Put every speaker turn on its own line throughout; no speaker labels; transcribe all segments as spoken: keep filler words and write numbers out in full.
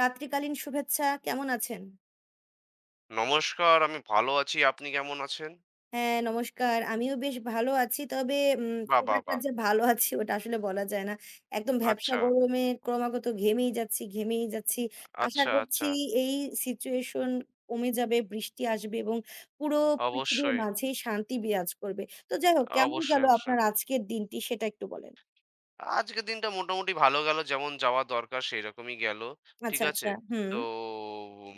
রাত্রিকালীন শুভেচ্ছা। কেমন আছেন?
নমস্কার, আমি ভালো আছি। আপনি কেমন আছেন?
হ্যাঁ, নমস্কার। আমিও বেশ ভালো আছি। তবে উম
বাহ!
খুব
বাহ!
একটা
বাহ!
যে ভালো আছি ওটা আসলে বলা যায় না। একদম ভ্যাপসা
আচ্ছা,
গরমে ক্রমাগত ঘেমেই যাচ্ছি, ঘেমেই যাচ্ছি। আশা
আচ্ছা, আচ্ছা।
করছি এই সিচুয়েশন কমে যাবে, বৃষ্টি আসবে এবং পুরো পৃথিবীর
অবশ্যই,
মাঝেই শান্তি বিরাজ করবে। তো যাই হোক কেমন
অবশ্যই,
গেল
অবশ্যই।
আপনার আজকের দিনটি সেটা একটু বলেন।
আজকের দিনটা মোটামুটি ভালো গেল। যেমন যাওয়া দরকার সেইরকমই গেল। ঠিক
আচ্ছা,
আছে?
আচ্ছা। হুম।
তো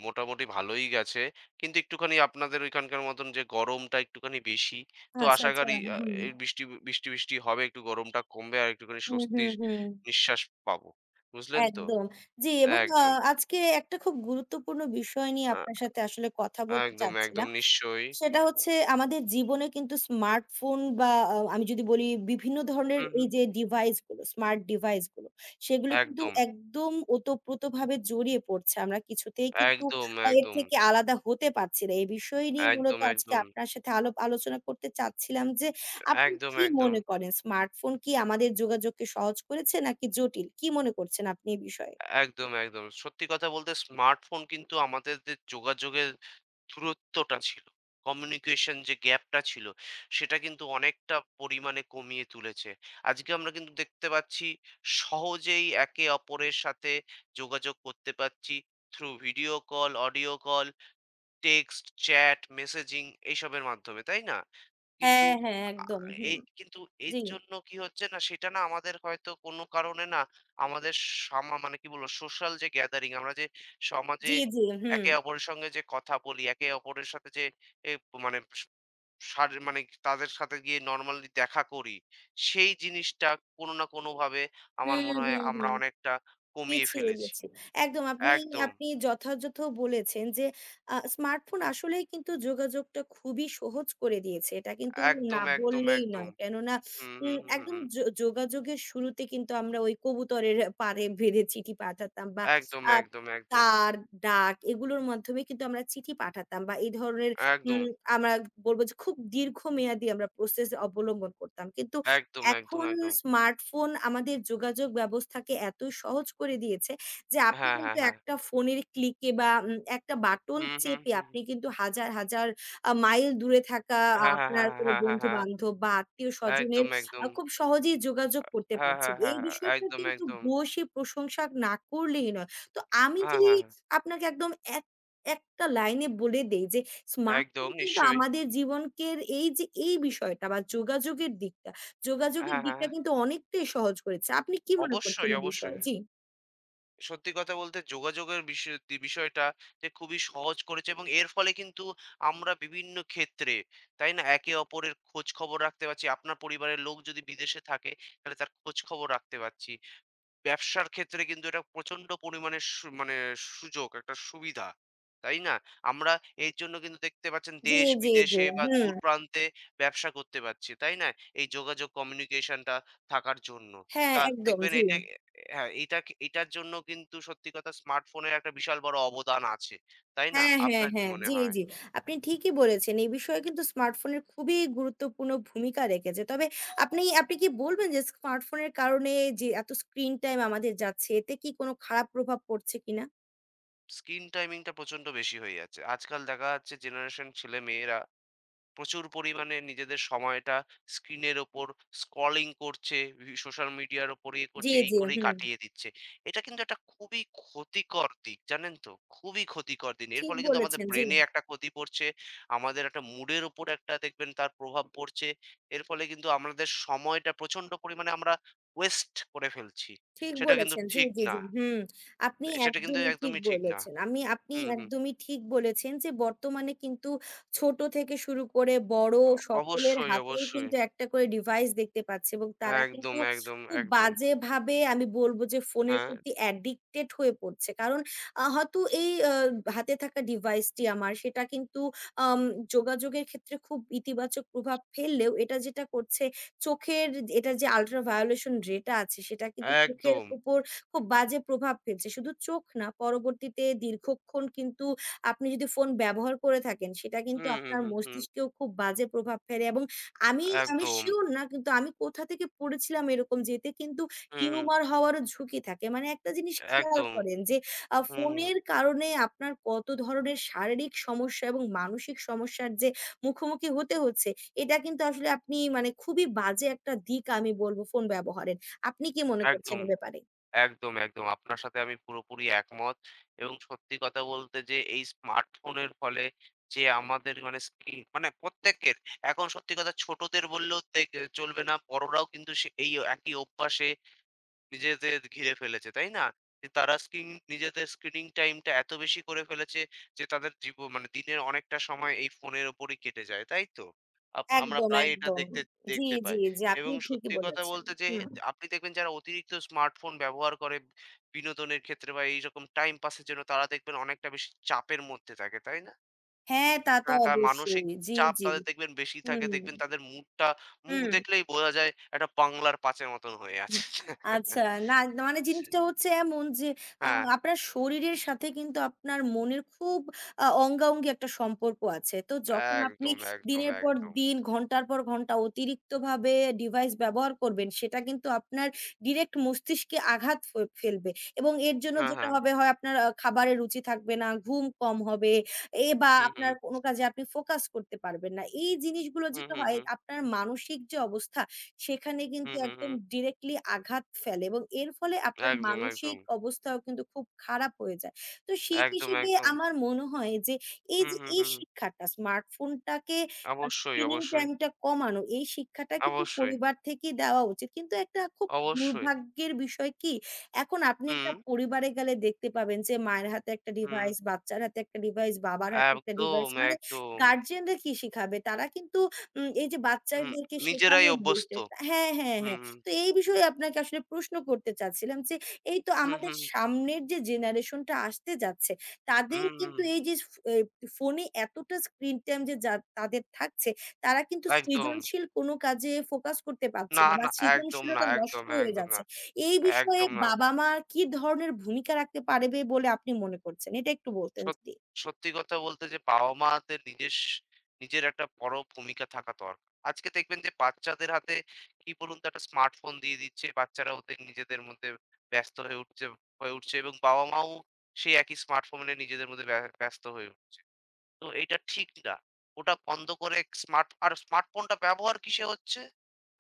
মোটামুটি ভালোই গেছে। কিন্তু একটুখানি আপনাদের ঐখানকার মতন যে গরমটা একটুখানি বেশি। তো
আচ্ছা,
আশা
আচ্ছা।
করি আ
হুম।
এই বৃষ্টি, বৃষ্টি, বৃষ্টি হবে। একটু গরমটা কমবে আর একটুখানি
হুম, হুম,
স্বস্তির
হুম।
নিঃশ্বাস পাবো। বুঝলেন তো?
একদম। জি, এবং আ
একদম।
আজকে একটা খুব গুরুত্বপূর্ণ বিষয় নিয়ে
আ
আপনার সাথে আসলে কথা বলতে
একদম, একদম
চাচ্ছিলাম।
নিশ্চয়ই।
সেটা হচ্ছে আমাদের জীবনে কিন্তু স্মার্টফোন বা আ আমি যদি বলি বিভিন্ন ধরনের
হুম,
এই
হুম।
যে ডিভাইস গুলো, স্মার্ট ডিভাইস গুলো, সেগুলো কিন্তু
একদম।
একদম ওতপ্রোতভাবে জড়িয়ে পড়ছে। আমরা কিছুতেই কিন্তু
একদম,
আ এর
একদম,
থেকে আলাদা হতে পারছি না। এই বিষয় নিয়ে মূলত
একদম,
আজকে
একদম,
আপনার সাথে আলাপ আলোচনা করতে চাচ্ছিলাম যে আপনি
একদম,
কি
একদম,
মনে করেন স্মার্টফোন কি আমাদের যোগাযোগকে সহজ করেছে নাকি জটিল? কি মনে করছেন আপনি এই বিষয়ে?
একদম, একদম। সত্যি কথা বলতে স্মার্টফোন কিন্তু আমাদের যে যোগাযোগের দূরত্বটা ছিল, কমিউনিকেশন যে গ্যাপটা ছিল, সেটা কিন্তু অনেকটা পরিমাণে কমিয়ে তুলেছে। আজকে আমরা কিন্তু দেখতে পাচ্ছি সহজেই একে অপরের সাথে যোগাযোগ করতে পারছি through video call, audio call, text, chat, messaging এইসবের মাধ্যমে, তাই না? কিন্তু
হ্যাঁ, হ্যাঁ,
আ
একদম। হুম।
এই কিন্তু এর
জি,
জন্য কি হচ্ছে না সেটা না আমাদের হয়তো কোনো কারণে না আমাদের সামা মানে কি বলবো সোশ্যাল যে গ্যাদারিং আমরা যে সমাজে
জি, জি। হুম।
একে অপরের সঙ্গে যে কথা বলি, একে অপরের সাথে যে এ মানে স সার মানে তাদের সাথে গিয়ে নরমালি দেখা করি, সেই জিনিসটা কোনো না কোনোভাবে আমার
হুম,
মনে হয়
হুম,
আমরা
হুম।
অনেকটা কমিয়ে
পিছিয়ে
ফেলেছি।
গেছি। একদম আপনি
একদম,
আপনি যথাযথ বলেছেন যে আ স্মার্টফোন আসলেই কিন্তু যোগাযোগটা খুবই সহজ করে দিয়েছে। এটা কিন্তু না
একদম, একদম,
বললেই
একদম।
নয়। কেননা
হুম, হুম,
উম
হুম, হুম।
একদম
হুম।
যো যোগাযোগের শুরুতে কিন্তু আমরা ওই কবুতরের পাড়ে বেঁধে চিঠি পাঠাতাম বা
একদম,
আ
একদম, একদম,
তার, ডাক এগুলোর মাধ্যমে কিন্তু আমরা চিঠি পাঠাতাম বা এই ধরনের
একদম,
উম আমরা বলব যে খুব দীর্ঘমেয়াদী আমরা প্রসেস অবলম্বন করতাম। কিন্তু
একদম, একদম,
এখন
একদম।
স্মার্টফোন আমাদের যোগাযোগ ব্যবস্থাকে এত সহজ করে দিয়েছে যে আপনি
হ্যাঁ, হ্যাঁ,
কিন্তু
হ্যাঁ।
একটা ফোনের ক্লিকে বা উম একটা বাটন
হুম, হুম,
চেপে
হুম। হুম।
আপনি কিন্তু হাজার, হাজার আ মাইল দূরে থাকা আ
হ্যাঁ, হ্যাঁ,
আপনার
হ্যাঁ,
কোনো
হ্যাঁ, হ্যাঁ, হ্যাঁ।
বন্ধু-বান্ধব বা
হ্যাঁ,
আত্মীয়-স্বজনের
একদম,
আ
একদম।
খুব সহজেই যোগাযোগ করতে
হ্যাঁ,
পারছেন।
হ্যাঁ,
এই
হ্যাঁ।
বিষয়টা
একদম,
কিন্তু
একদম।
ভূয়সী প্রশংসা না করলেই নয়। তো আমি
হ্যাঁ,
যদি
হ্যাঁ, হ্যাঁ।
আপনাকে একদম এক একটা লাইনে বলে দেই যে
একদম
স্মার্টফোন কিন্তু
নিশ্চয়ই।
আমাদের জীবনকের এই যে এই বিষয়টা বা যোগাযোগের দিকটা যোগাযোগের
হ্যাঁ, হ্যাঁ।
দিকটা
হ্যাঁ।
কিন্তু অনেকটাই সহজ করেছে। আপনি কি মনে করছেন
অবশ্যই,
এই
অবশ্যই।
বিষয়ে? জি।
সত্যি কথা বলতে যোগাযোগের বিষয় দি বিষয়টা যে খুবই সহজ করেছে এবং এর ফলে কিন্তু আমরা বিভিন্ন ক্ষেত্রে, তাই না? একে অপরের খোঁজ খবর রাখতে পারছি। আপনার পরিবারের লোক যদি বিদেশে থাকে, তাহলে তার খোঁজ খবর রাখতে পারছি। ব্যবসার ক্ষেত্রে কিন্তু এটা প্রচন্ড পরিমাণে সু মানে সুযোগ, একটা সুবিধা। তাই না? আমরা এর জন্য কিন্তু দেখতে পাচ্ছেন
জি,
দেশ
জি, জি।
বিদেশে বা
হুম।
দূর প্রান্তে ব্যবসা করতে পারছি। তাই না? এই যোগাযোগ কমিউনিকেশনটা থাকার জন্য।
হ্যাঁ,
তা
একদম।
দেখবেন
জি।
এটা হ্যাঁ, এটা এটার জন্য কিন্তু সত্যি কথা স্মার্টফোনের একটা বিশাল বড় অবদান আছে। তাই না?
হ্যাঁ, হ্যাঁ,
আপনার কি
হ্যাঁ।
মনে
জি,
হয়?
জি। আপনি ঠিকই বলেছেন। এই বিষয়ে কিন্তু স্মার্টফোনের খুবই গুরুত্বপূর্ণ ভূমিকা রেখেছে। তবে আপনি আপনি কি বলবেন যে স্মার্টফোনের কারণে যে এত স্ক্রিন টাইম আমাদের যাচ্ছে, এতে কি কোনো খারাপ প্রভাব পড়ছে কিনা?
স্ক্রিন টাইমিংটা প্রচন্ড বেশি হয়ে যাচ্ছে। আজকাল দেখা যাচ্ছে জেনারেশন ছেলেমেয়েরা প্রচুর পরিমাণে নিজেদের সময়টা স্ক্রিনের ওপর স্ক্রলিং করছে, ভি সোশ্যাল মিডিয়ার ওপর ইয়ে
জি,
করছে, এই
জি।
করেই
হুম।
কাটিয়ে দিচ্ছে। এটা কিন্তু একটা খুবই ক্ষতিকর দিক, জানেন তো? খুবই ক্ষতিকর দিন। এর
ঠিক
ফলে কিন্তু আমাদের
বলেছেন। জি।
ব্রেনে একটা ক্ষতি পড়ছে, আমাদের একটা মুডের উপর একটা দেখবেন তার প্রভাব পড়ছে। এর ফলে কিন্তু আমাদের সময়টা প্রচন্ড পরিমাণে আমরা ওয়েস্ট করে ফেলছি।
ঠিক
সেটা কিন্তু
বলেছেন। জি,
ঠিক
জি,
না।
জি। হুম, আপনি
সেটা কিন্তু
একদমই ঠিক
একদমই ঠিক না।
বলেছেন। আমি আপনি
হুম, হুম।
একদমই ঠিক বলেছেন যে বর্তমানে কিন্তু ছোট থেকে শুরু করে বড়
অ
সকলের
অবশ্যই,
হাতেই
অবশ্যই।
কিন্তু একটা করে ডিভাইস দেখতে পাচ্ছি এবং তারা
একদম,
কিন্তু
একদম,
খুব
একদম।
বাজেভাবে আমি বলব যে ফোনের
হ্যাঁ।
প্রতি অ্যাডিক্টেড হয়ে পড়ছে। কারণ আ হয়তো এই আ হাতে থাকা ডিভাইসটি আমার সেটা কিন্তু আম যোগাযোগের ক্ষেত্রে খুব ইতিবাচক প্রভাব ফেললেও এটা যেটা করছে চোখের এটার যে আল্ট্রা ভায়োলেশন রে টা আছে সেটা কিন্তু চোখের
একদম।
উপর খুব বাজে প্রভাব ফেলছে। শুধু চোখ না পরবর্তীতে দীর্ঘক্ষণ কিন্তু আপনি যদি ফোন ব্যবহার করে থাকেন সেটা কিন্তু
হুম, হুম,
আপনার
হুম, হুম।
মস্তিষ্কেও খুব বাজে প্রভাব ফেলে এবং আমি আমি
একদম।
শিওর না কিন্তু আমি কোথা থেকে পড়েছিলাম এরকম যে এতে কিন্তু
হুম, হুম।
টিউমার হওয়ারও ঝুঁকি থাকে। মানে একটা জিনিস খেয়াল
একদম।
করেন যে আ
হুম, হুম।
ফোনের কারণে আপনার কত ধরনের শারীরিক সমস্যা এবং মানসিক সমস্যার যে মুখোমুখি হতে হচ্ছে এটা কিন্তু আসলে আপনি মানে খুবই বাজে একটা দিক আমি বলবো ফোন ব্যবহারের। আপনি কি মনে করছেন
একদম,
এ ব্যাপারে?
একদম, একদম। আপনার সাথে আমি পুরোপুরি একমত। এবং সত্যি কথা বলতে যে এই স্মার্টফোনের ফলে যে আমাদের মানে স্ক্রিন মানে প্রত্যেকের এখন সত্যি কথা ছোটদের বললেও তে চলবে না। বড়রাও কিন্তু সে এই একই অভ্যাসে নিজেদের ঘিরে ফেলেছে, তাই না? যে তারা স্ক্রিন নিজেদের স্ক্রিনিং টাইমটা এত বেশি করে ফেলেছে যে তাদের জীব মানে দিনের অনেকটা সময় এই ফোনের ওপরই কেটে যায়, তাই তো? আপ আমরা
একদম,
প্রায় এটা
একদম।
দেখতে
জি,
দেখতে পাই
জি, জি। আপনি
এবং
ঠিকই
সত্যি কথা
বলেছেন।
বলতে যে
হুম।
আপনি দেখবেন যারা অতিরিক্ত স্মার্টফোন ব্যবহার করে বিনোদনের ক্ষেত্রে বা এইরকম টাইম পাসের জন্য তারা দেখবেন অনেকটা বেশি চাপের মধ্যে থাকে, তাই না?
হ্যাঁ, তা তো
হ্যাঁ, তার মানসিক
অবশ্যই। জি,
চাপ
জি।
তাদের দেখবেন বেশি থাকে,
হুম,
দেখবেন তাদের মুডটা মুখ
হুম।
দেখলেই বোঝা যায় একটা বাংলার পাঁচের মতন হয়ে আছে।
হুম, আচ্ছা। না মানে জিনিসটা হচ্ছে এমন যে আ
হ্যাঁ,
আপনার শরীরের সাথে কিন্তু আপনার মনের খুব আ অঙ্গাঅঙ্গি একটা সম্পর্ক আছে। তো যখন আপনি
একদম, একদম,
দিনের পর
একদম।
দিন, ঘন্টার পর ঘন্টা অতিরিক্তভাবে ডিভাইস ব্যবহার করবেন, সেটা কিন্তু আপনার ডিরেক্ট মস্তিষ্কে আঘাত ফে ফেলবে এবং এর জন্য
হ্যাঁ,
যেটা
হ্যাঁ।
হবে হয় আপনার আ খাবারে রুচি থাকবে না, ঘুম কম হবে এ বা
হু, হু।
আপনার কোনো কাজে আপনি ফোকাস করতে পারবেন না। এই জিনিসগুলো
হু,
যেটা
হু,
হয়
হু।
আপনার মানসিক যে অবস্থা সেখানে
হু,
কিন্তু
হু, হু।
একদম ডিরেক্টলি আঘাত ফেলে এবং এর ফলে আপনার
একদম, একদম।
মানসিক অবস্থাও কিন্তু খুব খারাপ হয়ে যায়। তো সেই
একদম,
হিসেবে
একদম।
আমার মনে হয় যে এই
হু,
যে
হু,
এই
হু।
শিক্ষাটা স্মার্টফোনটাকে আ
অবশ্যই,
স্ক্রিনিং
অবশ্যই।
টাইমটা কমানো এই শিক্ষাটা কিন্তু
অবশ্যই,
পরিবার থেকেই দেওয়া উচিত। কিন্তু একটা খুব
অবশ্যই।
দুর্ভাগ্যের বিষয় কি? এখন আপনি
হুম,
একটা পরিবারে গেলে দেখতে পাবেন যে মায়ের হাতে একটা
হুম।
ডিভাইস, বাচ্চার হাতে একটা ডিভাইস, বাবার হাতে একটা
একদম,
ডিভাইস। মানে
একদম।
গার্ডিয়ানরা কি শিখাবে? তারা কিন্তু উম এই যে
হুম,
বাচ্চাদেরকে
নিজেরাই
শেখানোর
অভ্যস্ত।
বিষয়টা হ্যাঁ, হ্যাঁ,
হুম,
হ্যাঁ।
হুম।
তো এই বিষয়ে আপনাকে আসলে প্রশ্ন করতে চাচ্ছিলাম যে, এই তো
হু, হু।
আমাদের সামনের যে জেনারেশন টা আসতে যাচ্ছে, তাদের
হুম, হুম। হুম।
কিন্তু এই যে ফ এ ফোনে এতটা স্ক্রিন টাইম যে যা তাদের থাকছে, তারা কিন্তু
একদম।
সৃজনশীল কোনো কাজে ফোকাস করতে পারছে
না,
না বা
না। একদম না,
সৃজনশীলতা
একদম,
নষ্ট হয়ে
একদম না।
যাচ্ছে। এই বিষয়ে
একদম না।
বাবা-মা কি ধরনের ভূমিকা রাখতে পারবে বলে আপনি মনে করছেন? এটা একটু বলতেন
সত
যদি।
সত্যি কথা বলতে যে বাবা-মাদের নিজেস নিজের নিজের একটা বড় ভূমিকা থাকা দরকার। আজকে দেখবেন যে বাচ্চাদের হাতে কি বলুন তো একটা স্মার্টফোন দিয়ে দিচ্ছে। বাচ্চারা ওদের নিজেদের মধ্যে ব্যস্ত হয়ে উঠছে হয়ে উঠছে এবং বাবা-মাও সেই একই স্মার্টফোনে নিজেদের মধ্যে ব্য ব্যস্ত হয়ে উঠছে। তো এটা ঠিক না। ওটা বন্ধ করে স্মার্ট আর স্মার্টফোনটা ব্যবহার কিসে হচ্ছে?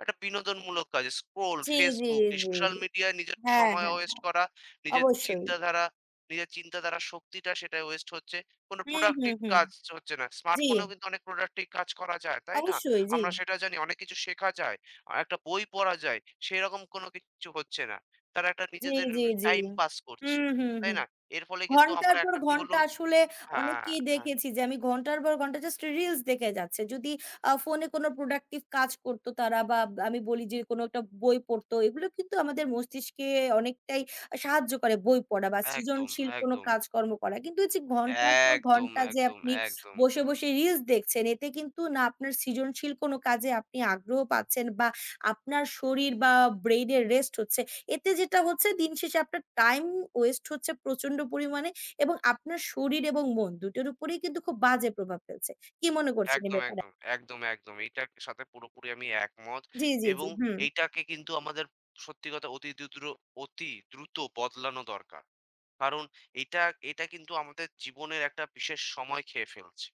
একটা বিনোদনমূলক কাজে স্ক্রোল,
জি, জি,
Facebook এই
জি।
সোশ্যাল মিডিয়ায় নিজের
হ্যাঁ,
সময়
হ্যাঁ,
ওয়েস্ট
হ্যাঁ।
করা, নিজের
অবশ্যই।
চিন্তাধারা নিজের চিন্তাধারার শক্তিটা সেটাই ওয়েস্ট হচ্ছে। কোনো
হুম, হুম,
প্রোডাক্টিভ
হুম।
কাজ হচ্ছে না।
জি,
স্মার্টফোনেও কিন্তু অনেক প্রোডাক্টিভ কাজ করা যায়, তাই না?
অবশ্যই। জি।
আমরা সেটা জানি অনেক কিছু শেখা যায়। আ একটা বই পড়া যায়। সেরকম কোনো কিছু হচ্ছে না। তারা একটা
জি,
নিজেদের
জি, জি।
টাইম পাস করছে,
হুম, হুম,
তাই
হুম।
না? এর ফলে কিন্তু
ঘন্টার
আমরা
পর
একটা কি
ঘন্টা
বলুন
আসলে
হ্যাঁ,
অনেককেই
হ্যাঁ।
দেখেছি যে আমি ঘন্টার পর ঘন্টা জাস্ট রিলস দেখে যাচ্ছে। যদি আ ফোনে কোনো প্রোডাক্টিভ কাজ করত তারা বা আমি বলি যে কোনো একটা বই পড়তো। এগুলো কিন্তু আমাদের মস্তিষ্কে অনেকটাই সাহায্য করে বই পড়া বা
একদম,
সৃজনশীল কোনো
একদম।
কাজকর্ম করা। কিন্তু এই যে ঘন্টার পর
একদম,
ঘন্টা যে
একদম,
আপনি
একদম।
বসে, বসে রিলস দেখছেন এতে কিন্তু না আপনার সৃজনশীল কোনো কাজে আপনি আগ্রহ পাচ্ছেন বা আপনার শরীর বা ব্রেইন এর রেস্ট হচ্ছে। এতে যেটা হচ্ছে দিন শেষে আপনার টাইম ওয়েস্ট হচ্ছে প্রচন্ড পরিমাণে এবং আপনার শরীর এবং মন দুটোর উপরেই কিন্তু খুব বাজে প্রভাব ফেলছে। কি মনে করছেন এ
একদম,
ব্যাপারে?
একদম, একদম, একদম। এইটার সাথে পুরোপুরি আমি একমত
জি, জি, জি।
এবং
হুম।
এইটাকে কিন্তু আমাদের সত্যি কথা অতি দ্রুত অতি দ্রুত বদলানো দরকার। কারণ এটা এটা কিন্তু আমাদের জীবনের একটা বিশেষ সময় খেয়ে ফেলছে।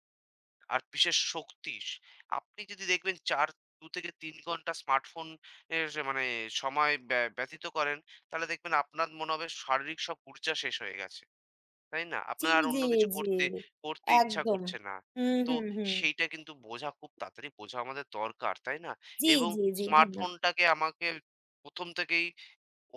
আর বিশেষ শক্তি স আপনি যদি দেখবেন চার দুই থেকে তিন ঘন্টা স্মার্টফোন এর মানে সময় ব্য ব্যতীত করেন, তাহলে দেখবেন আপনার মনে হবে শারীরিক সব ঊর্জা শেষ হয়ে গেছে। তাই না?
জি,
আপনার আর অন্য
জি,
কিছু
জি।
করতে করতে ইচ্ছা
একদম।
করছে না।
হুম,
তো
হুম, হুম।
সেইটা কিন্তু বোঝা খুব তাড়াতাড়ি বোঝা আমাদের দরকার, তাই না?
জি,
এবং
জি, জি। হ্যাঁ।
স্মার্টফোনটাকে আমাকে প্রথম থেকেই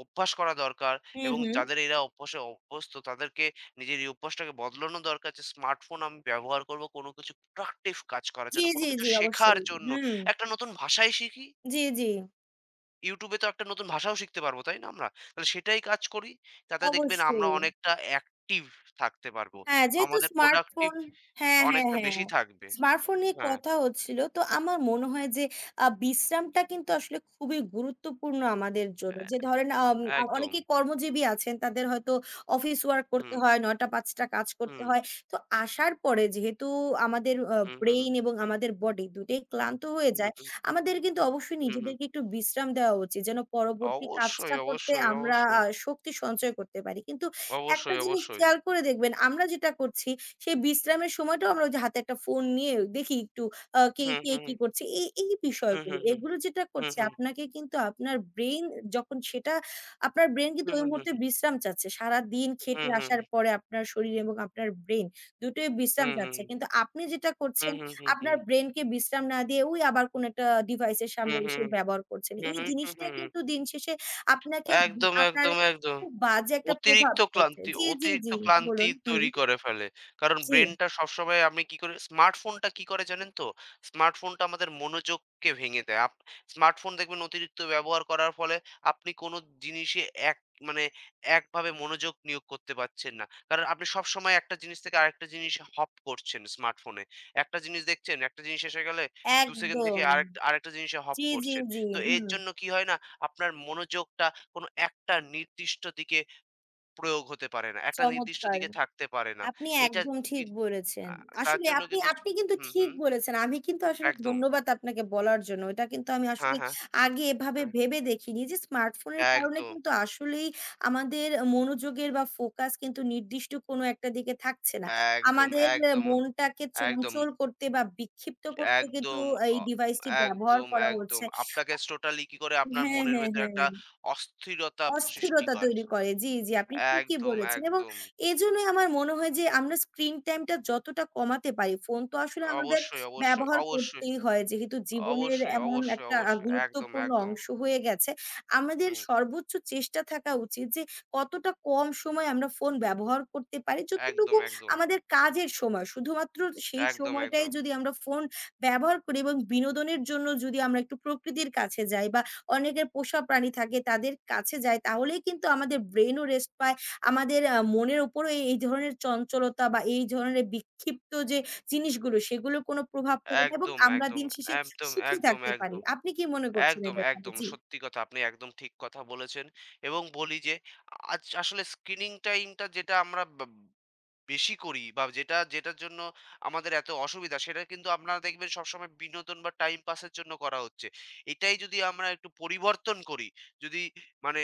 অভ্যাস করা দরকার
হুম,
এবং
হুম।
যাদের এরা অভ্যাসে অভ্যস্ত তাদেরকে নিজের এই অভ্যাসটাকে বদলানো দরকার যে স্মার্টফোন আমি ব্যবহার করব কোনো কিছু প্রোডাক্টিভ কাজ করার
জি,
জন্য, কোনো
জি,
কিছু
জি।
শেখার
অবশ্যই।
জন্য।
হুম।
একটা নতুন ভাষাই শিখি।
জি, জি।
YouTube এ তো একটা নতুন ভাষাও শিখতে পারবো, তাই না আমরা? তাহলে সেটাই কাজ করি। তাতে দেখবেন আমরা
অবশ্যই।
অনেকটা অ্যাক্টিভ থাকতে পারবো।
হ্যাঁ, যেহেতু
আমাদের প্রোডাক্টিভ
স্মার্টফোন হ্যাঁ, হ্যাঁ,
অনেকটা বেশি
হ্যাঁ।
থাকবে।
স্মার্টফোন নিয়ে
হ্যাঁ,
কথা হচ্ছিল। তো আমার মনে হয় যে আ বিশ্রামটা কিন্তু আসলে খুবই গুরুত্বপূর্ণ আমাদের জন্য। যে ধরেন আম
অ্যা
আ
একদম।
অনেকে কর্মজীবী আছেন, তাদের হয়তো অফিস ওয়ার্ক করতে
হুম,
হয়, নয়টা থেকে পাঁচটা টা কাজ করতে
হুম,
হয়। তো আসার পরে যেহেতু আমাদের আ
হুম, হুম,
ব্রেইন এবং আমাদের বডি দুটোই ক্লান্ত হয়ে
হুম,
যায়,
হুম,
আমাদের কিন্তু অবশ্যই
হুম,
নিজেদেরকে
হুম।
একটু বিশ্রাম দেওয়া উচিত। যেন পরবর্তী
অবশ্যই,
কাজটা করতে
অবশ্যই,
আমরা
অবশ্যই,
আ শক্তি সঞ্চয় করতে পারি। কিন্তু একটা
অবশ্যই,
জিনিস
অবশ্যই।
খেয়াল করে দেখবেন, আমরা যেটা করছি সেই বিশ্রামের সময়টাও আমরা ওই যে হাতে একটা ফোন নিয়ে দেখি একটু আ কে,
হুম,
কে
হুম,
কি করছে। এই, এই
হুম, হুম,
বিষয়গুলো।
হুম,
এগুলো যেটা
হুম,
করছে
হুম,
আপনাকে কিন্তু আপনার ব্রেইন যখন সেটা আপনার ব্রেইন কিন্তু
হুম,
ওই মুহূর্তে
হুম,
বিশ্রাম চাচ্ছে। সারাদিন খেটে
হুম, হুম, হুম,
আসার পরে আপনার শরীর এবং আপনার ব্রেইন দুটোই বিশ্রাম
হুম,
চাচ্ছে। কিন্তু আপনি যেটা
হুম,
করছেন
হুম, হুম, হুম, হুম,
আপনার ব্রেইনকে বিশ্রাম না দিয়ে ওই আবার কোন একটা ডিভাইসের
হুম,
সামনে
হুম,
এসে ব্যবহার করছেন।
হুম, হুম,
এই
হুম, হুম,
জিনিসটা
হুম।
কিন্তু দিন শেষে আপনাকেও
একদম,
আপনার
একদম, একদম।
খুব বাজে একটা প্রভাব
অতিরিক্ত
ফেলছে।
ক্লান্তি
জি, জি,
অতিরিক্ত
জি
ক্লান্তি
বলুন। হুম,
তৈরি করে ফেলে। কারণ
জি,
ব্রেইনটা সবসময় আমি কি করি স্মার্টফোনটা কি করে জানেন তো? স্মার্টফোনটা আমাদের মনোযোগকে ভেঙে দেয়। আপ স্মার্টফোন দেখবেন অতিরিক্ত ব্যবহার করার ফলে আপনি কোনো জিনিসই এক মানে একভাবে মনোযোগ নিয়োগ করতে পারছেন না। কারণ আপনি সবসময় একটা জিনিস থেকে আরেকটা জিনিসে হপ করছেন স্মার্টফোনে। একটা জিনিস দেখছেন, একটা জিনিস এসে গেলে দুই সেকেন্ড দেখে
একদম।
আরেক আরেকটা জিনিসে হপ
জি, জি,
করছেন।
জি।
তো এর
হুম,
জন্য কি হয় না? আপনার মনোযোগটা কোনো একটা নির্দিষ্ট দিকে প্রয়োগ হতে পারে না। একটা নির্দিষ্ট
চমৎকার।
দিকে থাকতে পারে না।
আপনি
এইটা
একদম ঠিক
কিন
বলেছেন।
আ তার
আসলে
জন্য
আপনি
কিন্তু
আপনি কিন্তু
হুম,
ঠিক
হুম।
বলেছেন। আমি কিন্তু আসলে
একদম।
ধন্যবাদ আপনাকে বলার জন্য। এটা কিন্তু আমি
হ্যাঁ,
আসলে
হ্যাঁ,
আগে এভাবে
হ্যাঁ।
ভেবে দেখিনি যে স্মার্টফোনের কারণে
একদম,
কিন্তু আসলেই আমাদের মনোযোগের বা ফোকাস কিন্তু নির্দিষ্ট কোনো একটা দিকে থাকছে না।
একদম,
আমাদের এ
একদম,
মনটাকে
একদম,
চঞ্চল করতে বা বিক্ষিপ্ত করতে কিন্তু
একদম,
এই
অ
ডিভাইসটি ব্যবহার
একদম,
করা
একদম।
হচ্ছে।
আপনাকে টোটালি কি করে আপনার
হ্যাঁ,
মনের
হ্যাঁ,
ভেতরে একটা
হ্যাঁ।
অস্থিরতা সৃষ্টি
অস্থিরতা
করে।
তৈরি করে। জি, জি, আপনি ঠিকই
একদম,
বলেছেন এবং
একদম।
এজন্যই আমার মনে হয় যে আমরা স্ক্রিন টাইমটা যতটা কমাতে পারি, ফোন তো আসলে আমাদের
অবশ্যই, অবশ্যই,
ব্যবহার
অবশ্যই,
করতেই হয়। যেহেতু জীবনের
অবশ্যই,
এমন
অবশ্যই,
একটা আ
অবশ্যই। একদম,
গুরুত্বপূর্ণ
একদম।
অংশ হয়ে গেছে, আমাদের
হুম।
সর্বোচ্চ চেষ্টা থাকা উচিত যে কতটা কম সময় আমরা ফোন ব্যবহার করতে পারি।
একদম,
যতটুকু
একদম।
আমাদের কাজের সময়, শুধুমাত্র সেই
একদম,
সময়টাই
একদম।
যদি আমরা ফোন ব্যবহার করি এবং বিনোদনের জন্য যদি আমরা একটু প্রকৃতির কাছে যাই বা অনেকের পোষা প্রাণী থাকে তাদের কাছে যাই তাহলেই কিন্তু আমাদের ব্রেইনও রেস্ট পায়। আমাদের আ মনের উপরও এই, এই ধরনের চঞ্চলতা বা এই ধরনের বিক্ষিপ্ত যে জিনিসগুলো সেগুলো কোনো প্রভাব ফেলে না এবং
একদম,
আমরা
একদম,
দিন শেষে
একদম,
সুখী
একদম,
থাকতে পারি।
একদম,
আপনি কি মনে করছেন এ
একদম,
ব্যাপারে?
একদম।
জি।
সত্যি কথা আপনি একদম ঠিক কথা বলেছেন এবং বলি যে আজ আসলে স্ক্রিনিং টাইমটা যেটা আমরা বা বেশি করি বা যেটা যেটার জন্য আমাদের এত অসুবিধা সেটা কিন্তু আপনারা দেখবেন সবসময় বিনোদন বা টাইম পাসের জন্য করা হচ্ছে। এটাই যদি আমরা একটু পরিবর্তন করি, যদি মানে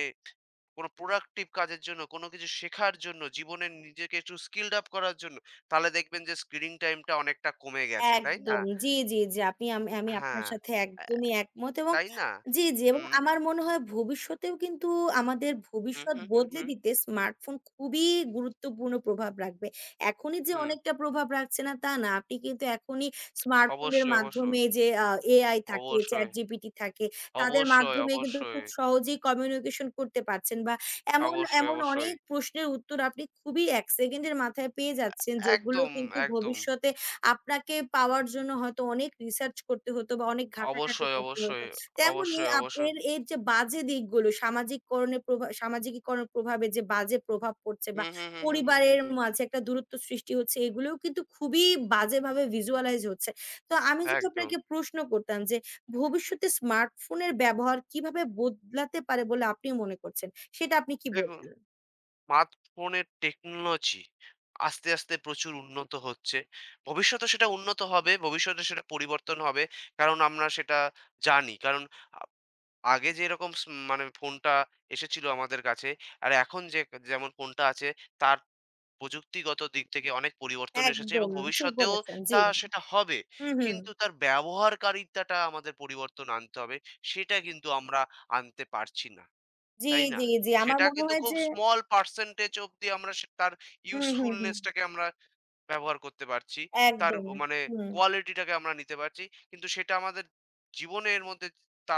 কোনো প্রোডাক্টিভ কাজের জন্য, কোনো কিছু শেখার জন্য, জীবনে নিজেকে একটু স্কিলড আপ করার জন্য, তাহলে দেখবেন যে স্ক্রিনিং টাইমটা অনেকটা কমে গেছে, তাই না?
একদম। জি, জি, জি। আপনি আম আমি আপনার
হ্যাঁ,
সাথে
অ্যা
একদমই একমত এবং
তাই না?
জি, জি এবং
হুম,
আমার মনে হয় ভবিষ্যতেও কিন্তু আমাদের
হুম,
ভবিষ্যৎ
হুম, হুম,
বদলে
হুম,
দিতে স্মার্টফোন খুবই গুরুত্বপূর্ণ প্রভাব রাখবে। এখনই যে
হুম।
অনেকটা প্রভাব রাখছে না তা না। আপনি কিন্তু এখনই স্মার্টফোনের
অবশ্যই, অবশ্যই,
মাধ্যমে যে আ এ আই থাকে,
অবশ্যই,
ChatGPT থাকে, তাদের
অবশ্যই,
মাধ্যমে কিন্তু
অবশ্যই,
খুব সহজেই কমিউনিকেশন করতে পারছেন বা এমন,
অবশ্যই,
এমন
অবশ্যই।
অনেক প্রশ্নের উত্তর আপনি খুবই এক সেকেন্ডের মাথায় পেয়ে যাচ্ছেন যেগুলো
একদম,
কিন্তু
একদম।
ভবিষ্যতে আপনাকে পাওয়ার জন্য হয়তো অনেক রিসার্চ করতে হতো বা অনেক ঘাটাঘাটি
অবশ্যই,
করতে হতো।
অবশ্যই,
তেমনই
অবশ্যই,
আপ
অবশ্যই।
এর এর যে বাজে দিকগুলো সামাজিককরণের প্রভা সামাজিকীকরণের প্রভাবে যে বাজে প্রভাব পড়ছে বা
হুম, হুম, হুম, হুম, হুম, হুম,
পরিবারের
হুম।
মাঝে একটা দূরত্ব সৃষ্টি হচ্ছে, এগুলোও কিন্তু খুবই বাজেভাবে visualize হচ্ছে। তো আমি যদি
একদম।
আপনাকে প্রশ্ন করতাম যে ভবিষ্যতে স্মার্টফোনের ব্যবহার কিভাবে বদলাতে পারে বলে আপনি মনে করছেন? সেটা আপনি কি
দেখুন
বলবেন?
স্মার্টফোনের টেকনোলজি আস্তে, আস্তে প্রচুর উন্নত হচ্ছে। ভবিষ্যতে সেটা উন্নত হবে, ভবিষ্যতে সেটা পরিবর্তন হবে। কারণ আমরা সেটা জানি। কারণ আগে যেরকম স্ম মানে ফোনটা এসেছিল আমাদের কাছে, আর এখন যে যেমন ফোনটা আছে তার প্রযুক্তিগত দিক থেকে অনেক পরিবর্তন এসেছে এবং
একদম ঠিক
ভবিষ্যতেও
বলেছেন। জি।
তা সেটা হবে।
হুম, হুম।
কিন্তু তার ব্যবহারকারিতাটা আমাদের পরিবর্তন আনতে হবে। সেটা কিন্তু আমরা আনতে পারছি না।
জি,
তাই না?
জি, জি। আমার
সেটা
মনে
কিন্তু
হয়
খুব
যে
স্মল পার্সেন্টেজ অব্দি আমরা সে তার
হুম, হুম, হুম।
ইউজফুলনেস টাকে আমরা ব্যবহার করতে পারছি। তার
একদম।
মানে
হুম।
কোয়ালিটিটাকে আমরা নিতে পারছি। কিন্তু সেটা আমাদের জীবনের মধ্যে তা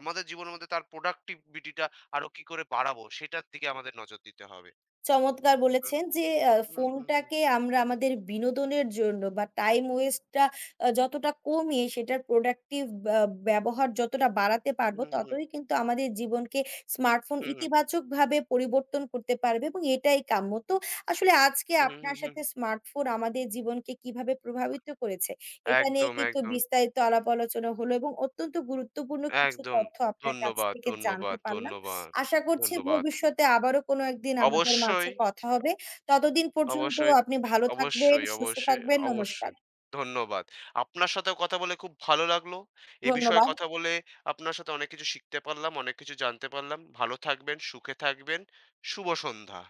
আমাদের জীবনের মধ্যে তার productivity টা আরো কি করে বাড়াবো সেটার দিকে আমাদের নজর দিতে হবে।
চমৎকার বলেছেন যে আ
হুম, হুম, হুম,
ফোনটাকে আমরা আমাদের বিনোদনের জন্য বা টাইম ওয়েস্ট টা আ যতটা কমিয়ে সেটার প্রোডাক্টিভ বা ব্যবহার যতটা বাড়াতে পারবো,
হুম, হুম,
ততই কিন্তু আমাদের জীবনকে স্মার্টফোন
হুম, হুম,
ইতিবাচকভাবে পরিবর্তন করতে পারবে এবং এটাই কাম্য। তো আসলে আজকে
হুম,
আপনার
হুম, হুম।
সাথে স্মার্টফোন আমাদের জীবনকে কিভাবে প্রভাবিত করেছে, এটা নিয়ে
একদম,
কিন্তু
একদম,
বিস্তারিত আলাপ আলোচনা হলো এবং অত্যন্ত গুরুত্বপূর্ণ কিছু
একদম।
তথ্য আপনার কাছ
ধন্যবাদ,
থেকে জানতে
ধন্যবাদ,
পারলাম।
ধন্যবাদ,
আশা করছি
ধন্যবাদ।
ভবিষ্যতে আবারও কোনো একদিন আমাদের মাঝে
অবশ্যই।
কথা হবে। ততদিন পর্যন্ত
অবশ্যই,
আপনি ভালো থাকবেন,
অবশ্যই,
সুস্থ
অবশ্যই,
থাকবেন। নমস্কার।
অবশ্যই। ধন্যবাদ। আপনার সাথেও কথা বলে খুব ভালো লাগলো। এ বিষয়ে
ধন্যবাদ।
কথা বলে আপনার সাথে অনেক কিছু শিখতে পারলাম, অনেক কিছু জানতে পারলাম। ভালো থাকবেন, সুখে থাকবেন। শুভ সন্ধ্যা।